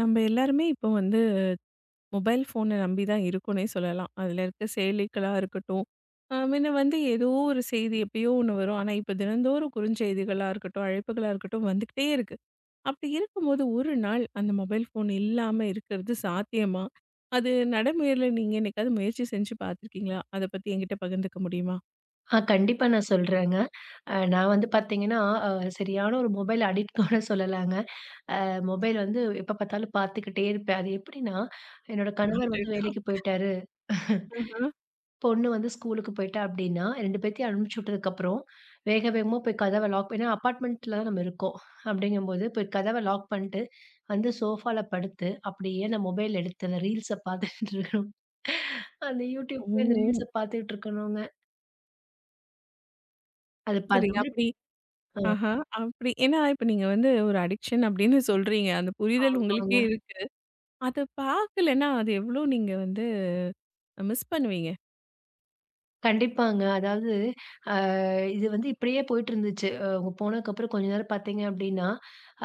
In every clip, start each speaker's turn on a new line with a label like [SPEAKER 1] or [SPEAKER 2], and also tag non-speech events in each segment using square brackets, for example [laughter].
[SPEAKER 1] நம்ம எல்லாருமே இப்போ வந்து மொபைல் ஃபோனை நம்பி தான் இருக்கோன்னே சொல்லலாம். அதில இருக்க செயலிகளா இருக்கட்டும், முன்ன வந்து ஏதோ ஒரு செய்தி எப்பயோ ஒண்ணு வரும். ஆனா, இப்போ தினந்தோறும் குறுஞ்செய்திகளா இருக்கட்டும், அழைப்புகளா இருக்கட்டும் வந்துக்கிட்டே இருக்கு. அப்படி இருக்கும்போது ஒரு நாள் அந்த மொபைல் ஃபோன் இல்லாம இருக்கிறது சாத்தியமா? அது நடைமுறையில நீங்க என்னைக்காவது முயற்சி செஞ்சு பார்த்துருக்கீங்களா? அத பத்தி என்கிட்ட பகிர்ந்துக்க முடியுமா?
[SPEAKER 2] ஆ கண்டிப்பா நான் சொல்றேங்க. நான் வந்து பார்த்தீங்கன்னா, அ சரியான ஒரு மொபைல் அடிக்ட் கூட சொல்லலாங்க. மொபைல் வந்து எப்ப பார்த்தாலும் பார்த்துக்கிட்டே இருப்பேன். அது எப்படின்னா, என்னோட கணவர் வந்து
[SPEAKER 1] அடடா!
[SPEAKER 2] வேலைக்கு போயிட்டாரு,
[SPEAKER 1] ஆஹா.
[SPEAKER 2] பொண்ணு வந்து ஸ்கூலுக்கு போயிட்டா அப்படின்னா, 2 பேத்தையும் அனுப்பிச்சு விட்டதுக்கப்புறம், வேக வேகமா போய் கதவ லாக். ஏன்னா அப்பார்ட்மெண்ட்ல தான் நம்ம இருக்கோம். அப்படிங்கும்போது போய் கதவ லாக் பண்ணிட்டு, வந்து சோஃபால படுத்து, அப்படியே நான் மொபைல் எடுத்து அந்த ரீல்ஸ பார்த்துட்டு இருக்கணும். அந்த YouTubeல அந்த ரீல்ஸ
[SPEAKER 1] ஓ!
[SPEAKER 2] பார்த்துட்டு இருக்கணுங்க. அது ப அந்த
[SPEAKER 1] சரி
[SPEAKER 2] மாதிரி
[SPEAKER 1] அப்படி.
[SPEAKER 2] அ
[SPEAKER 1] ஆஹா. அப்படி ஏன்னா, இப்ப நீங்க வந்து ஒரு அடிக்ஷன் அப்படின்னு சொல்றீங்க. அந்த புரிதல் உங்களுக்கே
[SPEAKER 2] ஆமாங்க.
[SPEAKER 1] இருக்கு. அத பார்க்கலன்னா, அது எவ்ளோ நீங்க வந்து மிஸ் பண்ணுவீங்க?
[SPEAKER 2] கண்டிப்பாங்க. அதாவது அ இது வந்து இப்படியே போயிட்டுருந்துச்சு. அவங்க போனதுக்கப்புறம் கொஞ்ச நேரம் பார்த்தீங்க அப்படின்னா,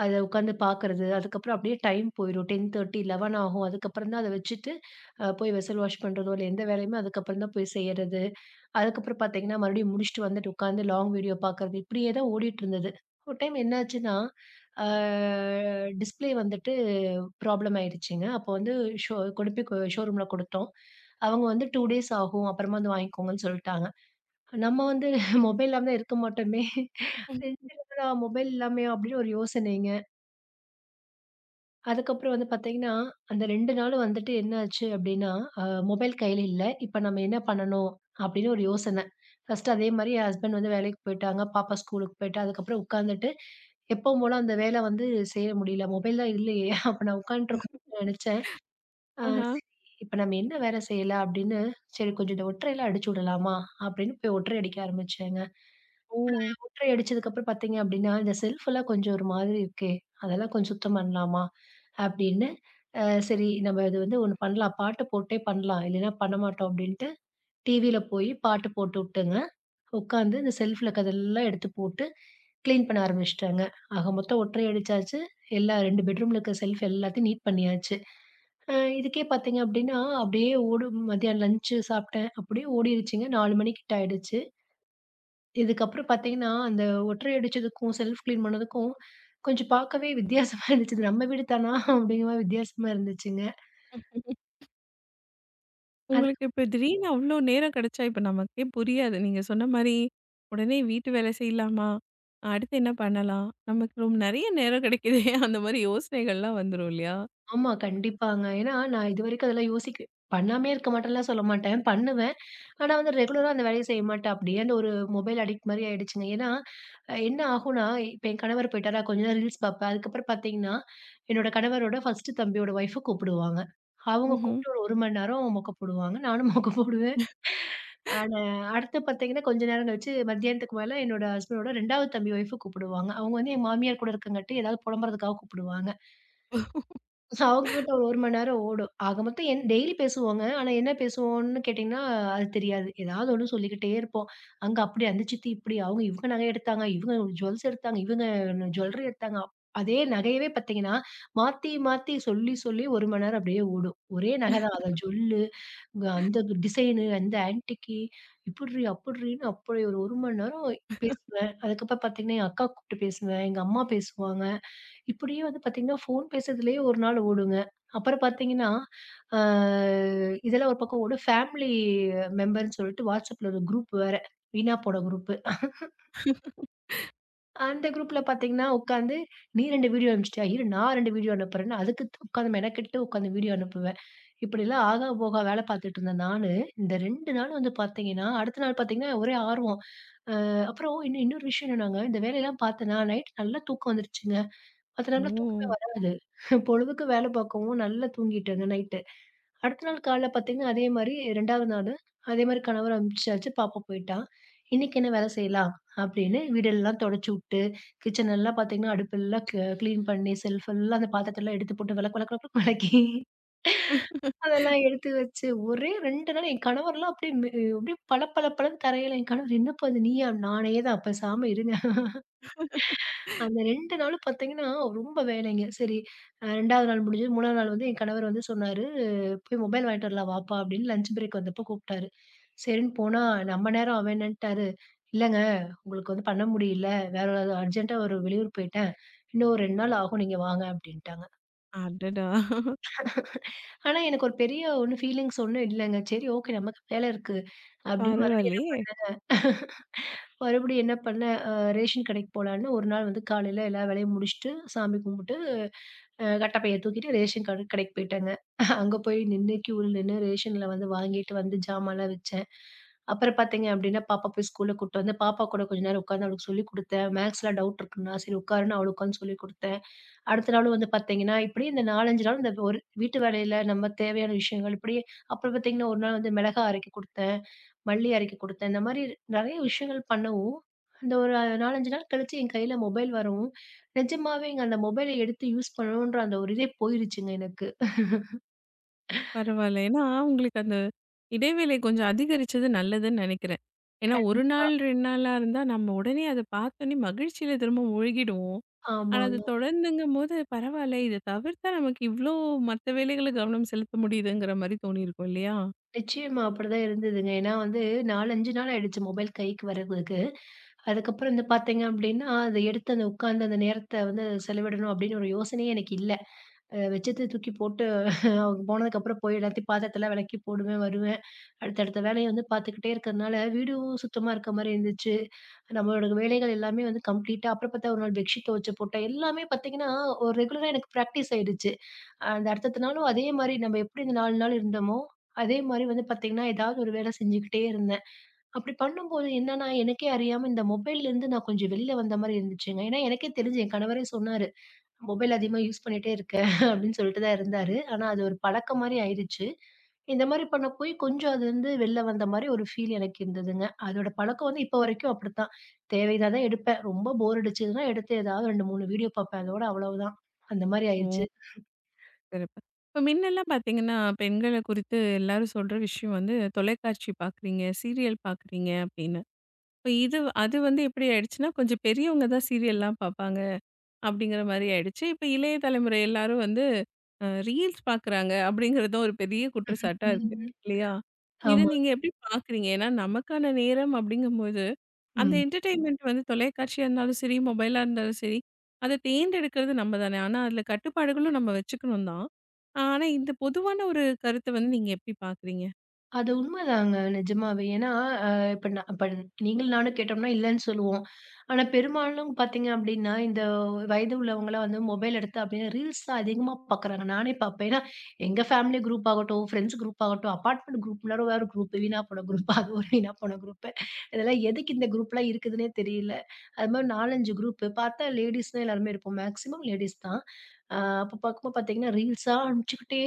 [SPEAKER 2] அத உட்காந்து பார்க்கறது, அதுக்கப்புறம் அப்படியே டைம் போயிரும். 10:30, 11 ஆகும். அதுக்கப்புறம் தான் அத வச்சுட்டு, போய் வெசல் வாஷ் பண்றதோ, இல்ல எந்த வேலையுமே அதுக்கப்புறம் தான் போய் செய்யறது. அதுக்கப்புறம் பார்த்தீங்கன்னா, மறுபடியும் முடிச்சுட்டு வந்துட்டு உட்காந்து லாங் வீடியோ பார்க்கறது, இப்படியே தான் ஓடிட்டுருந்தது. ஒரு டைம் என்னாச்சுன்னா, அ டிஸ்ப்ளே வந்துட்டு ப்ராப்ளம் ஆயிடுச்சுங்க. அப்போ வந்து ஷோ கொண்டு போய் ஷோரூம்ல குடுத்தோம். அவங்க வந்து 2 டேஸ் ஆகும். அப்புறமா வந்து வாங்கிக்கோங்கன்னு சொல்ட்டாங்க. நம்ம வந்து [laughs] மொபைல் இல்லாம தான் இருக்க மாட்டோமே. என்னடா மொபைல் இல்லாமையா? அப்படின்னு ஒரு யோசனைங்க. அதுக்கப்புறம் வந்து பார்த்தீங்கன்னா, அந்த 2 நாள் வந்துட்டு என்ன ஆச்சு அப்படின்னா, அ மொபைல் கையில இல்ல. இப்ப நம்ம என்ன பண்ணணும்? அப்படின்னு ஒரு யோசனை. ஃபர்ஸ்ட்டு அதே மாரி என் ஹஸ்பண்ட் வந்து வேலைக்கு போயிட்டாங்க. பாப்பா ஸ்கூலுக்கு போயிட்டா. அதுக்கப்புறம் உட்காந்துட்டு எப்பவும் போல அந்த வேலை வந்து செய்ய முடியல. மொபைல் தான் இல்லையே! [laughs] அப்ப நான் உட்காந்துட்டுருக்கணும்னு நெனச்சேன். அ
[SPEAKER 1] ஆஹா.
[SPEAKER 2] சரி இப்ப நம்ம என்ன வேலை செய்யலாம்? அப்படின்னு, சரி கொஞ்சம் இந்த ஒற்றையில அடிச்சு விடலாமா? அப்படின்னு போய் ஒற்றை அடிக்க ஆரம்பிச்சேங்க.
[SPEAKER 1] ஓ!
[SPEAKER 2] ஒட்டறை அடிச்சதுக்கப்புறம் பார்த்தீங்க அப்டின்னா, இந்த செல்ஃப்லாம் கொஞ்சம் ஒரு மாதிரி இருக்கே! அதெல்லாம் கொஞ்சம் சுத்தம் பண்ணலாமா? அப்டின்னு சரி நம்ம இது வந்து ஒண்ணு பண்ணலாம். பாட்டு போட்டே பண்ணலாம். இல்லைன்னா பண்ணமாட்டோம் அப்டின்ட்டு டிவில போய் பாட்டு போட்டு உட்டுங்க. உட்காந்து இந்த செல்ஃப்ல இருக்கதெல்லாம் எடுத்து போட்டு கிளீன் பண்ண ஆரம்பிச்சுட்டேங்க. ஆக மொத்தம் ஒட்டறை அடிச்சாச்சு. எல்லா 2 பெட்ரூம்ல இருக்க செல்ஃப் எல்லாத்தையும் நீட் பண்ணியாச்சு. அ இதுக்கே பார்த்தீங்க அப்டின்னா, அப்டியே ஓடும். மதியானம் லஞ்ச் சாப்பிட்டேன். அப்டியே ஓடிருச்சுங்க. 4 மணி கிட்ட ஆயிடுச்சு. இதுக்கப்புறம் பார்த்தீங்கன்னா, அந்த ஒட்டறை அடிச்சதுக்கும், செல்ஃப் கிளீன் பண்ணதுக்கும் கொஞ்சம் பார்க்கவே வித்தியாசமா இருந்துச்சு. நம்ம வீடு தானா? அப்படிங்கிற மாரி வித்தியாசமா இருந்துச்சுங்க. அது
[SPEAKER 1] உங்களுக்கு இப்ப திடீர்னு அவ்ளோ நேரம் கிடைச்சா, இப்ப நமக்கே புரியாது. நீங்க சொன்ன மாரி, உடனே வீட்டு வேலை செய்யலாமா? அடுத்து என்ன பண்ணலாம்? நமக்கு ரொம்ப நெறைய நேரம் கிடைக்குதே! [laughs] அந்த மாரி யோசனைகள்லாம் வந்துரும் இல்லையா?
[SPEAKER 2] ஆமா, கண்டிப்பாங்க. ஏன்னா நான் இதுவரைக்கும் அதெல்லாம் யோசிக்க பண்ணாமயே இருக்க மாட்டேன்லாம் சொல்ல மாட்டேன். பண்ணுவேன். ஆனா வந்து ரெகுலரா அந்த வேலைய செய்ய மாட்டேன். அப்படியே அந்த ஒரு மொபைல் அடிக்ட் மாரி ஆயிடுச்சுங்க. ஏன்னா, என்ன ஆகும்னா, இப்ப என் கணவர் போயிட்டாரா, கொஞ்ச நேரம் ரீல்ஸ் பார்ப்பேன். அதுக்கப்புறம் பார்த்தீங்கன்னா, என்னோட கணவரோட 1 தம்பியோட ஒய்ஃப கூப்பிடுவாங்க. அவங்க
[SPEAKER 1] ம்ஹ்ம்.
[SPEAKER 2] கூப்பிட்டு ஒரு 1 மணி நேரம் மொக்க போடுவாங்க. நானும் மொக்க போடுவேன். ஆனா, அடுத்து பார்த்தீங்கன்னா, கொஞ்ச நேரம் கழிச்சு மத்தியானத்துக்கு மேல என்னோட ஹஸ்பண்டோட 2வது தம்பி ஒய்ஃப கூப்பிடுவாங்க. அவங்க வந்து என் மாமியார் கூட இருக்கங்காட்டி ஏதாவது புலம்புறதுக்காக கூப்பிடுவாங்க. அவங்ககிட்ட 1 மணி நேரம் ஓடும். ஆக மொத்தம் என் டெய்லி பேசுவோங்க. ஆனா என்ன பேசுவோம்ன்னு கேட்டீங்கன்னா, அது தெரியாது. ஏதாவது ஒண்ணு சொல்லிக்கிட்டே இருப்போம். அங்க அப்படி அந்த சித்தி இப்படி அவங்க இவங்க நகை எடுத்தாங்க, இவங்க ஜுவல்ஸ் எடுத்தாங்க, இவங்க ஜுவல்லரி எடுத்தாங்க. அதே நகையவே பார்த்தீங்கன்னா, மாத்தி மாத்தி சொல்லி சொல்லி 1 மணி நேரம் அப்படியே ஓடும். ஒரே நகை தான். அத ஜொல்லு, இங்க அந்த டிசைனு, அந்த ஆன்டிக்கி இப்பட்ரி அப்படின்னு அப்படி ஒரு 1 மணி நேரம் பேசுவேன். அதுக்கப்புறம் பார்த்தீங்கன்னா, என் அக்கா கூப்பிட்டு பேசுவேன். எங்க அம்மா பேசுவாங்க. இப்படியே வந்து பார்த்தீங்கன்னா, ஃபோன் பேசுறதுலயே ஒரு நாள் ஓடுங்க. அப்புறம் பார்த்தீங்கன்னா, ஆ இதெல்லாம் ஒரு பக்கம் ஓடும். ஃபேமிலி மெம்பர்ன்னு சொல்லிட்டு WhatsAppல ஒரு குரூப் வேற. வீணா போன குரூப்பு. அந்த குரூப்ல பார்த்தீங்கன்னா, உட்காந்து நீ 2 வீடியோ அனுப்பிச்சிட்டியா? இரு நான் 2 வீடியோ அனுப்புறேன்னு அதுக்கு உட்காந்து மெனக்கெட்டு உட்காந்து வீடியோ அனுப்புவேன். இப்படிலாம் ஆகா போகா வேலை பார்த்துட்டு இருந்த நானு, இந்த 2 நாள் வந்து பார்த்தீங்கன்னா, அடுத்த நாள் பார்த்தீங்கன்னா ஒரே ஆர்வம். அப்புறம் இன்னும் இன்னொரு விஷயம் என்னன்னாங்க, இந்த வேலையெல்லாம் பார்த்தேனா நைட் நல்லா தூக்கம் வந்துருச்சுங்க. அதனால தூக்கமே
[SPEAKER 1] ஓ!
[SPEAKER 2] வராது. பொழுதுக்கு வேலை பார்க்கவும் நல்லா தூங்கிட்டேங்க நைட்டு. அடுத்த நாள் காலைல பார்த்தீங்கன்னா, அதே மாரி 2வது நாளு அதே மாரி கணவர் அனுப்பிச்சாச்சு. பாப்பா போயிட்டா. இன்னைக்கு என்ன வேலை செய்யலாம்? அப்படின்னு வீடெல்லாம் தொடச்சு விட்டு, கிச்சன் எல்லாம் பார்த்தீங்கன்னா, அடுப்பெல்லாம் கிளீன் பண்ணி செல்ஃப் எல்லாம் அந்த பாத்திரத்தெல்லாம் எடுத்து போட்டு வெளக்கு வெளக்கு வெளக்குன்னு வெளக்கி, [laughs] அதெல்லாம் எடுத்து வச்சு ஒரே 2 நாள் என் கணவர்லாம் அப்படியே அப்படியே பளபளபளன்னு தரையில என் கணவர், "என்னப்பா இது நீயா?" நானே தான். "பேசாம இருங்க." அந்த 2 நாளும் பார்த்தீங்கன்னா, ரொம்ப வேலைங்க. சரி. 2வது நாள் முடிஞ்சது. 3வது நாள் வந்து என் கணவர் வந்து சொன்னாரு, "போய் மொபைல் வாங்கிட்டு வரலாம் வாப்பா" அப்படின்னு லஞ்ச் பிரேக் வந்தப்போ கூப்பிட்டாரு. சரின்னு போனா, நம்ம நேரம் அவன் என்னன்ட்டாரு, "இல்லங்க உங்களுக்கு வந்து பண்ண முடியல. வேற ஒரு அர்ஜென்ட்டா ஒரு வெளியூர் போயிட்டேன். இன்னும் ஒரு 2 நாள் ஆகும். நீங்க வாங்க" அப்படின்ட்டாங்க.
[SPEAKER 1] அடடா!
[SPEAKER 2] ஆனா எனக்கு ஒரு பெரிய ஒண்ணும் ஃபீலிங்ஸ் ஒண்ணும் இல்லங்க. சரி, ஓகே, நமக்கு வேலை இருக்கு அப்படின்னு என்ன
[SPEAKER 1] பரவாயில்லையே!
[SPEAKER 2] மறுபடியும் என்ன பண்ணேன், ரேஷன் கடைக்கு போலான்னு ஒரு நாள் வந்து காலையில எல்லா வேலையும் முடிச்சுட்டு, சாமி கும்பிட்டு, கட்டப்பைய தூக்கிட்டு ரேஷன் கடைக்கு போயிட்டேங்க. அங்க போய் நின்னு கியூல நின்னு ரேஷன்ல வந்து வாங்கிட்டு வந்து ஜாமான்லாம் வச்சேன். அப்புறம் பார்த்தீங்க அப்படின்னா, பாப்பா போய் ஸ்கூல்ல கூட்டு வந்தேன். பாப்பா கூட கொஞ்ச நேரம் உட்காந்து அவளுக்கு சொல்லிக் குடுத்தேன். மேக்ஸ்ல டவுட் இருக்குன்னா, சரி உட்காருன்னு அவளுக்கு உட்காந்து சொல்லிக் குடுத்தேன். அடுத்த நாளும் வந்து பார்த்தீங்கன்னா, இப்படி இந்த 4, 5 நாள் இந்த ஒரு வீட்டு வேலையில நம்ம தேவையான விஷயங்கள் இப்படியே. அப்புறம் பார்த்தீங்கன்னா, ஒரு நாள் வந்து மிளகா அரைக்க குடுத்தேன், மல்லி அரைக்க குடுத்தேன். இந்த மாரி நெறைய விஷயங்கள் பண்ணவும், இந்த ஒரு 4, 5 நாள் கழிச்சு என் கையில மொபைல் வரவும், நிஜமாவேங்க அந்த மொபைல எடுத்து யூஸ் பண்ணணுன்ற அந்த ஒரு இதே போயிருச்சுங்க எனக்கு.
[SPEAKER 1] பரவால்ல. ஏன்னா, உங்களுக்கு அந்த இடைவேளை கொஞ்சம் அதிகரிச்சது நல்லதுன்னு நெனைக்கிறேன். ஏன்னா, 1
[SPEAKER 2] கண்டிப்பா.
[SPEAKER 1] நாள் 2 நாளா இருந்தா நம்ம உடனே அத பார்த்தோனே மகிழ்ச்சியில திரும்ப மூழ்கிடுவோம். ஆனா, அது
[SPEAKER 2] ஆமாங்க.
[SPEAKER 1] தொடர்ந்துங்கும்போது பரவால்ல இத தவிர்த்தா நமக்கு இவ்ளோ மத்த வேலைகள்ல கவனம் செலுத்த முடியுதுங்கிற மாரி தோணியிருக்கும் இல்லையா?
[SPEAKER 2] நிச்சயமா அப்படிதான் இருந்ததுங்க. ஏன்னா வந்து 4, 5 நாள் ஆயிடுச்சு மொபைல் கைக்கு வரதுக்கு. அதுக்கப்புறம் வந்து பார்த்தீங்க அப்படின்னா, அத எடுத்து அந்த உட்கார்ந்து அந்த நேரத்த வந்து செலவிடணும் அப்படின்னு ஒரு யோசனையே எனக்கு இல்ல. வச்சத தூக்கி போட்டு அவங்க போனதுக்கப்புறம் போய் எல்லாத்தையும் பாத்திரத்தலாம் வெளக்கி போடுவேன், வருவேன். அடுத்தடுத்த வேலைய வந்து பாத்துக்கிட்டே இருக்கறனால, வீடும் சுத்தமா இருக்க மாரி இருந்துச்சு. நம்மளோட வேலைகள் எல்லாமே வந்து கம்ப்ளீட்டா அப்புறம் பாத்தா ஒரு நாள் பெட்ஷீட் தொவச்சு போட்டேன். எல்லாமே பாத்தீங்கன்னா, ஒரு ரெகுலரா எனக்கு பிராக்டிஸ் ஆயிடுச்சு. அந்த அடுத்தடுத்த நாளும் அதே மாரி நம்ம எப்படி இந்த 4 நாள் இருந்தோமோ, அதே மாரி வந்து பாத்தீங்கன்னா, ஏதாவது ஒரு வேல செஞ்சுக்கிட்டே இருந்தேன். அப்படி பண்ணும்போது என்னன்னா, எனக்கே அறியாம இந்த மொபைல்லேருந்து நான் கொஞ்சம் வெளில வந்த மாரி இருந்துச்சுங்க. ஏன்னா, எனக்கே தெரிஞ்சு என் கணவரே சொன்னாரு. மொபைல் அதிகமா யூஸ் பண்ணிட்டே இருக்க [laughs] அப்படின்னு சொல்லிட்டு தான் இருந்தாரு. ஆனா அது ஒரு பழக்கம் மாரி ஆயிருச்சு. இந்த மாரி பண்ண போய் கொஞ்சம் அதுலருந்து வெளில வந்த மாரி ஒரு ஃபீல் எனக்கு இருந்ததுங்க. அதோட பழக்கம் வந்து இப்ப வரைக்கும் அப்படித்தான். தேவைனா தான் எடுப்பேன். ரொம்ப போர் அடிச்சதுன்னா எடுத்து ஏதாவது 2, 3 வீடியோ பார்ப்பேன். அதோட அவ்வளவுதான். அந்த மாரி ஆயிருச்சு.
[SPEAKER 1] ஓ! சிறப்பு. இப்ப மின்னலாம் பார்த்தீங்கன்னா, பெண்கள குறித்து எல்லாரும் சொல்ற விஷயம் வந்து தொலைக்காட்சி பார்க்குறீங்க, சீரியல் பார்க்குறீங்க அப்படின்னு. இப்ப இது அது வந்து எப்படி ஆயிடுச்சுன்னா, கொஞ்சம் பெரியவங்க தான் சீரியல்லாம் பார்ப்பாங்க. அப்படிங்கிற மாரி ஆயிடுச்சு. இப்ப இளைய தலைமுறை எல்லாரும் வந்து ரீல்ஸ் பார்க்குறாங்க அப்படிங்கிறதும் ஒரு பெரிய குற்றச்சாட்டா இருக்கு.
[SPEAKER 2] ம்.
[SPEAKER 1] இல்லையா? இத
[SPEAKER 2] ஆமா.
[SPEAKER 1] நீங்க எப்படி பார்க்குறீங்க? ஏன்னா நமக்கான நேரம் அப்படிங்கும்போது, அந்த
[SPEAKER 2] ம்.
[SPEAKER 1] என்டர்டெயின்மென்ட் வந்து தொலைக்காட்சியா இருந்தாலும் சரி, மொபைலா இருந்தாலும் சரி, அத தேர்ந்தெடுக்கிறது நம்ம தானே. ஆனா அதுல கட்டுப்பாடுகளும் நம்ம வச்சுக்கணும் தான். ஆனா இந்த பொதுவான ஒரு கருத்த வந்து நீங்க எப்படி பார்க்குறீங்க?
[SPEAKER 2] அது உண்மைதாங்க. நிஜமாவே. ஏன்னா, அ இப்ப நான் இப்ப நீங்களும் நானும் கேட்டோம்னா இல்லன்னு சொல்லுவோம். ஆனா பெரும்பாலும் பார்த்தீங்க அப்டின்னா, இந்த வயது உள்ளவங்கலாம் வந்து மொபைல் எடுத்து அப்டியே ரீல்ஸ் தான் அதிகமா பார்க்குறாங்க. நானே பார்ப்பேன். ஏன்னா, எங்க ஃபேமிலி குரூப் ஆகட்டும், ஃப்ரெண்ட்ஸ் குரூப் ஆகட்டும், அபார்ட்மெண்ட் குரூப்ல வேற குரூப் வீணா போன குரூப் அது ஒரு வீணா போன குரூப். இதெல்லாம் எதுக்கு இந்த குரூப்லாம் இருக்குதுன்னே தெரியல. அது மாரி 4, 5 குரூப் பார்த்தா லேடீஸ் தான் எல்லாருமே இருப்போம். மேக்ஸிமம் லேடீஸ் தான். அ அப்ப பார்க்கும்போது பார்த்தீங்கன்னா, ரீல்ஸா அனுப்பிச்சுக்கிட்டே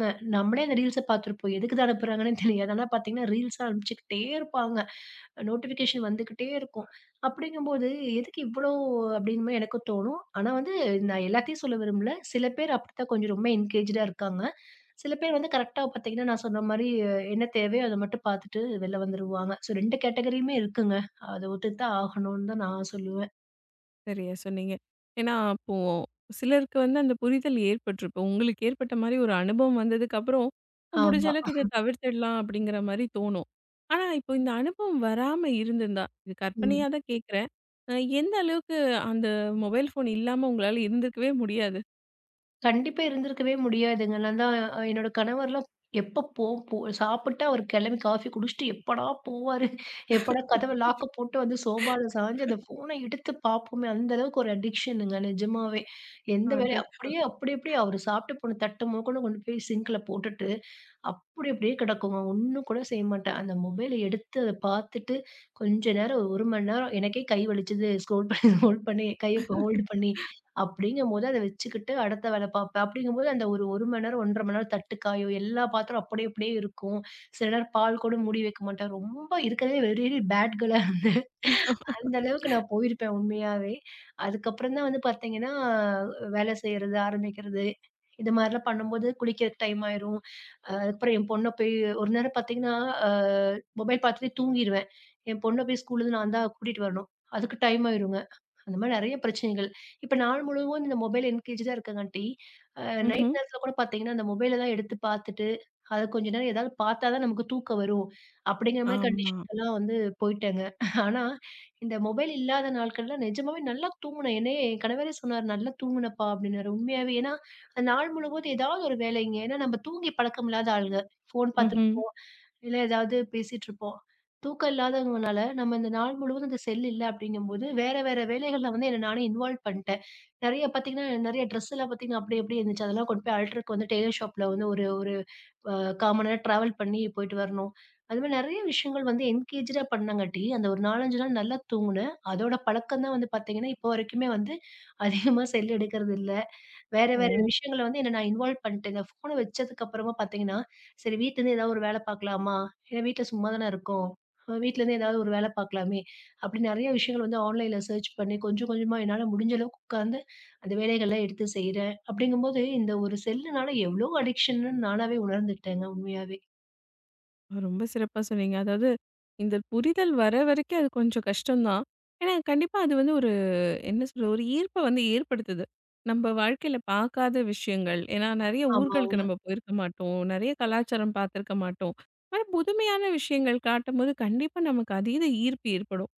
[SPEAKER 2] ந நம்மளே அந்த ரீல்ஸ பார்த்துருப்போம். எதுக்குதான் அனுப்புறாங்கன்னே தெரியாது. ஆனா பார்த்தீங்கன்னா, ரீல்ஸா அனுப்பிச்சுக்கிட்டே இருப்பாங்க. நோட்டிஃபிகேஷன் வந்துகிட்டே இருக்கும். அப்படிங்கும்போது, எதுக்கு இவ்வளோ அப்படின்னு மாரி எனக்கும் தோணும். ஆனா வந்து நான் எல்லாத்தையும் சொல்ல விரும்பல. சில பேர் அப்படித்தான் கொஞ்சம் ரொம்ப என்கேஜ்டா இருக்காங்க. சில பேர் வந்து கரெக்ட்டா பார்த்தீங்கன்னா, நான் சொன்ன மாரி என்ன தேவையோ அத மட்டும் பார்த்துட்டு வெளில வந்துருவாங்க. ஸோ 2 கேட்டகரியுமே இருக்குங்க. அத ஒத்துட்டு தான் ஆகணும்னு தான் நான் சொல்லுவேன்.
[SPEAKER 1] சரியா சொன்னீங்க. ஏன்னா, அப்போ சிலருக்கு வந்து அந்த புரிதல் ஏற்பட்டுருக்கும். உங்களுக்கு ஏற்பட்ட மாரி ஒரு அனுபவம் வந்ததுக்கப்புறம், முடிஞ்ச
[SPEAKER 2] ஆமா.
[SPEAKER 1] அளவுக்கு இத தவிர்த்திடலாம் அப்படிங்கிற மாரி தோணும். ஆனா, இப்போ இந்த அனுபவம் வராம இருந்திருந்தா, இது
[SPEAKER 2] ம்.
[SPEAKER 1] கற்பனையா தான் கேட்கிறேன். அ எந்த அளவுக்கு அந்த மொபைல் ஃபோன் இல்லாம உங்களால இருந்திருக்கவே முடியாது?
[SPEAKER 2] கண்டிப்பா இருந்திருக்கவே முடியாதுங்க. நான் தான் என்னோட கணவர்லாம் எப்ப போ போ சாப்பிட்டு அவர் கிளம்பி காஃபி குடிச்சுட்டு எப்படா போவாரு? எப்படா கதவ லாக்க போட்டு வந்து சோபால சாஞ்சு அந்த ஃபோன எடுத்து பார்ப்போமே! அந்த அளவுக்கு ஒரு அடிக்ஷனுங்க நிஜமாவே. எந்த வேலையும்
[SPEAKER 1] அடடா!
[SPEAKER 2] அப்படியே அப்படி அப்படியே அவரு சாப்பிட்டு போன தட்ட மொதக்கொண்டு கொண்டு போய் சிங்க்ல போட்டுட்டு, அப்படி அப்படியே கிடக்குங்க. ஒண்ணும் கூட செய்ய மாட்டேன். அந்த மொபைல எடுத்து அத பார்த்துட்டு கொஞ்ச நேரம் 1 மணி நேரம் எனக்கே கை வலிச்சது. ஸ்க்ரோல் [laughs] பண்ணி ஹோல்ட் பண்ணி கைய இப்ப ஹோல்டு பண்ணி அப்படிங்கும்போது அத வச்சுக்கிட்டு அடுத்த வேல பார்ப்பேன். அப்படிங்கும்போது அந்த ஒரு 1 மணி நேரம், 1 1/2 மணி நேரம் தட்டு காயும். எல்லா பாத்திரம் அப்படியே அப்படியே இருக்கும். சில நேரம் பால் கூட மூடி வைக்க மாட்டேன். ரொம்ப இருக்கிறதுலே வெரி பேட் கேர்லா அந்த அளவுக்கு நான் போயிருப்பேன் உண்மையாவே. அதுக்கப்புறம் தான் வந்து பார்த்தீங்கன்னா, வேலை செய்றது ஆரம்பிக்கிறது. இது மாரிலாம் பண்ணும்போது குளிக்க டைம் ஆயிரும். அதுக்கப்புறம் என் பொண்ண போய் ஒரு நேரம் பார்த்தீங்கன்னா, அ மொபைல் பார்த்துட்டே தூங்கிருவேன். என் பொண்ண போய் ஸ்கூல்லருந்து நான் தான் கூட்டிட்டு வரணும். அதுக்கு டைம் ஆயிருங்க. அந்த மாரி நெறைய பிரச்சனைகள். இப்ப நாள் முழுவதும் இந்த மொபைல் என்கேஜ்டா இருக்கங்காட்டி, அ நைட்
[SPEAKER 1] ம்ஹ்ம்.
[SPEAKER 2] நேரத்தில கூட பார்த்தீங்கன்னா, அந்த மொபைல தான் எடுத்து பார்த்துட்டு, அத கொஞ்ச நேரம் ஏதாவது பார்த்தா தான் நமக்கு தூக்கம் வரும். அப்படிங்கிற மாரி
[SPEAKER 1] ஆமா.
[SPEAKER 2] கண்டிஷனுக்கெல்லாம் வந்து போயிட்டேங்க. ஆனா, இந்த மொபைல் இல்லாத நாட்கள்ல நிஜமாவே நல்லா தூங்குனேன். என்னையே என் கணவரே சொன்னாரு, "நல்லா தூங்குனப்பா" அப்படின்னாரு. உண்மையாவே. ஏன்னா, அந்த நாள் முழுவதும் ஏதாவது ஒரு வேலைங்க. ஏன்னா, நம்ம தூங்கி பழக்கம் இல்லாத ஆளுங்க. ஃபோன்
[SPEAKER 1] ம்ஹ்ம்.
[SPEAKER 2] பார்த்துருப்போம், இல்ல ஏதாவது பேசிட்டுருப்போம். தூக்கம் இல்லாதவங்கனால, நம்ம இந்த நாள் முழுவதும் இந்த செல் இல்ல அப்படிங்கும்போது, வேற வேற வேலைகள்ல வந்து என்ன நானே இன்வால்வ் பண்ணிட்டேன். நெறைய பாத்தீங்கன்னா, நெறைய ட்ரெஸ் எல்லாம் பாத்தீங்கன்னா அப்படி அப்படி இருந்துச்சு. அதெல்லாம் கொண்டு போய் அல்ட்ருக்கு வந்து டெய்லர் ஷாப்ல வந்து ஒரு ஒரு அ 1/4 மணி நேரம் டிராவல் பண்ணி போயிட்டு வரணும். அது மாரி நெறைய விஷயங்கள் வந்து என்கேஜ்டா பண்ணங்காட்டி, அந்த ஒரு 4, 5 நாள் நல்லா தூங்குனேன். அதோட பழக்கம் தான் வந்து பாத்தீங்கன்னா, இப்போ வரைக்குமே வந்து அதிகமா செல் எடுக்கறது இல்ல. வேற, வேற
[SPEAKER 1] ஓ!
[SPEAKER 2] விஷயங்கள வந்து என்ன நான் இன்வால்வ் பண்ணிட்டேங்க. ஃபோன வச்சதுக்கு அப்புறமா பார்த்தீங்கன்னா, சரி வீட்லேருந்து ஏதாவது ஒரு வேலை பார்க்கலாமா? ஏன்னா வீட்ல சும்மா தானே இருக்கோம். வீட்லேருந்து ஏதாவது ஒரு வேலை பார்க்கலாமே! அப்படி நெறைய விஷயங்கள் வந்து ஆன்லைன்ல சர்ச் பண்ணி கொஞ்சம், கொஞ்சமா என்னால முடிஞ்ச அளவுக்கு உட்கார்ந்து அந்த வேலைகள்லாம் எடுத்து செய்றேன். அப்படிங்கும்போது இந்த ஒரு செல்லுனால எவ்வளோ அடிக்ஷன்னு நானாவே உணர்ந்துட்டேங்க உண்மையாவே.
[SPEAKER 1] ரொம்ப சிறப்பா சொன்னீங்க. அதாவது, இந்த புரிதல் வர வரைக்கும் அது கொஞ்சம் கஷ்டம் தான். ஏன்னா, கண்டிப்பா அது வந்து என்ன சொல்றது? ஒரு ஈர்ப்ப வந்து ஏற்படுத்துது. நம்ப வாழ்க்கையில பார்க்காத விஷயங்கள். ஏன்னா நெறைய ஊர்களுக்கு
[SPEAKER 2] ஆமாங்க.
[SPEAKER 1] நம்ம போயிருக்க மாட்டோம். நெறைய கலாச்சாரம் பார்த்திருக்க மாட்டோம். ஆனா புதுமையான விஷயங்கள் காட்டும்போது கண்டிப்பா நமக்கு அதீத ஈர்ப்பு ஏற்படும்.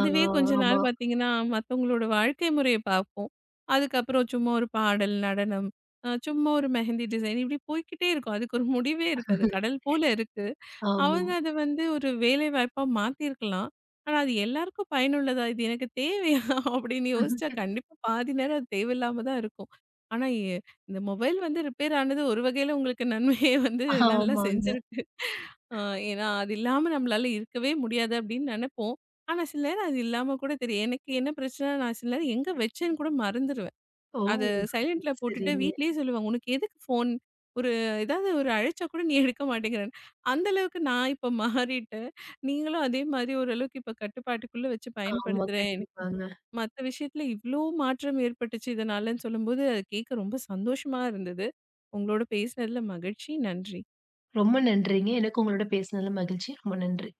[SPEAKER 2] ஆ,
[SPEAKER 1] கொஞ்ச நாள்
[SPEAKER 2] ஆமா,
[SPEAKER 1] பார்த்தீங்கன்னா, மத்தவங்களோட வாழ்க்கை முறைய பார்ப்போம். அதுக்கப்புறம் சும்மா ஒரு பாடல், நடனம், சும்மா ஒரு மெஹந்தி டிசைன் இப்படி போய்க்கிட்டே இருக்கும். அதுக்கு ஒரு முடிவே இருக்காது. கடல் போல இருக்கு.
[SPEAKER 2] ஆமா.
[SPEAKER 1] அவங்க அத வந்து ஒரு வேலைவாய்ப்பா மாத்தியிருக்கலாம். ஆனா அது எல்லாருக்கும் பயனுள்ளதா? இது எனக்கு தேவையா? [laughs] அப்படின்னு யோசிச்சா கண்டிப்பா பாதி நேரம் அது தேவையில்லாம தான் இருக்கும். ஆனா இந்த மொபைல் வந்து ரிப்பேர் ஆனது ஒரு வகையில உங்களுக்கு நன்மையை [laughs] வந்து நல்லா
[SPEAKER 2] ஆமாங்க.
[SPEAKER 1] செஞ்சிருக்கு. அ ஏன்னா அது இல்லாம நம்மளால இருக்கவே முடியாது அப்படின்னு நெனைப்போம். ஆனா சில நேரம் அது இல்லாம கூட தெரியும். எனக்கு என்ன பிரச்சனை நான் சில நேரம் எங்க வச்சேன்னு கூட மறந்துருவேன்.
[SPEAKER 2] ஓ!
[SPEAKER 1] அது சைலண்ட்ல போட்டுட்டு
[SPEAKER 2] சரிங்க.
[SPEAKER 1] வீட்லயே சொல்லுவாங்க, "உனக்கு எதுக்கு ஃபோன்? ஒரு ஏதாவது ஒரு அழைச்சா கூட நீ எடுக்க மாட்டேங்கிறன்னு." அந்த அளவுக்கு நான் இப்ப மாறிட்டேன். நீங்களும் அதே மாதிரி ஓரளவுக்கு இப்ப கட்டுப்பாட்டுக்குள்ள வச்சு
[SPEAKER 2] ஆமா,
[SPEAKER 1] பயன்படுத்துறேன். எனக்கு
[SPEAKER 2] கண்டிப்பாங்க.
[SPEAKER 1] மத்த விஷயத்துல இவ்ளோ மாற்றம் ஏற்பட்டுச்சு இதனாலன்னு சொல்லும்போது, அது கேட்க ரொம்ப சந்தோஷமா இருந்தது. உங்களோட பேசினதுல மகிழ்ச்சி. நன்றி.
[SPEAKER 2] ரொம்ப நன்றிங்க. எனக்கு உங்களோட பேசினதுல மகிழ்ச்சி. ரொம்ப நன்றி.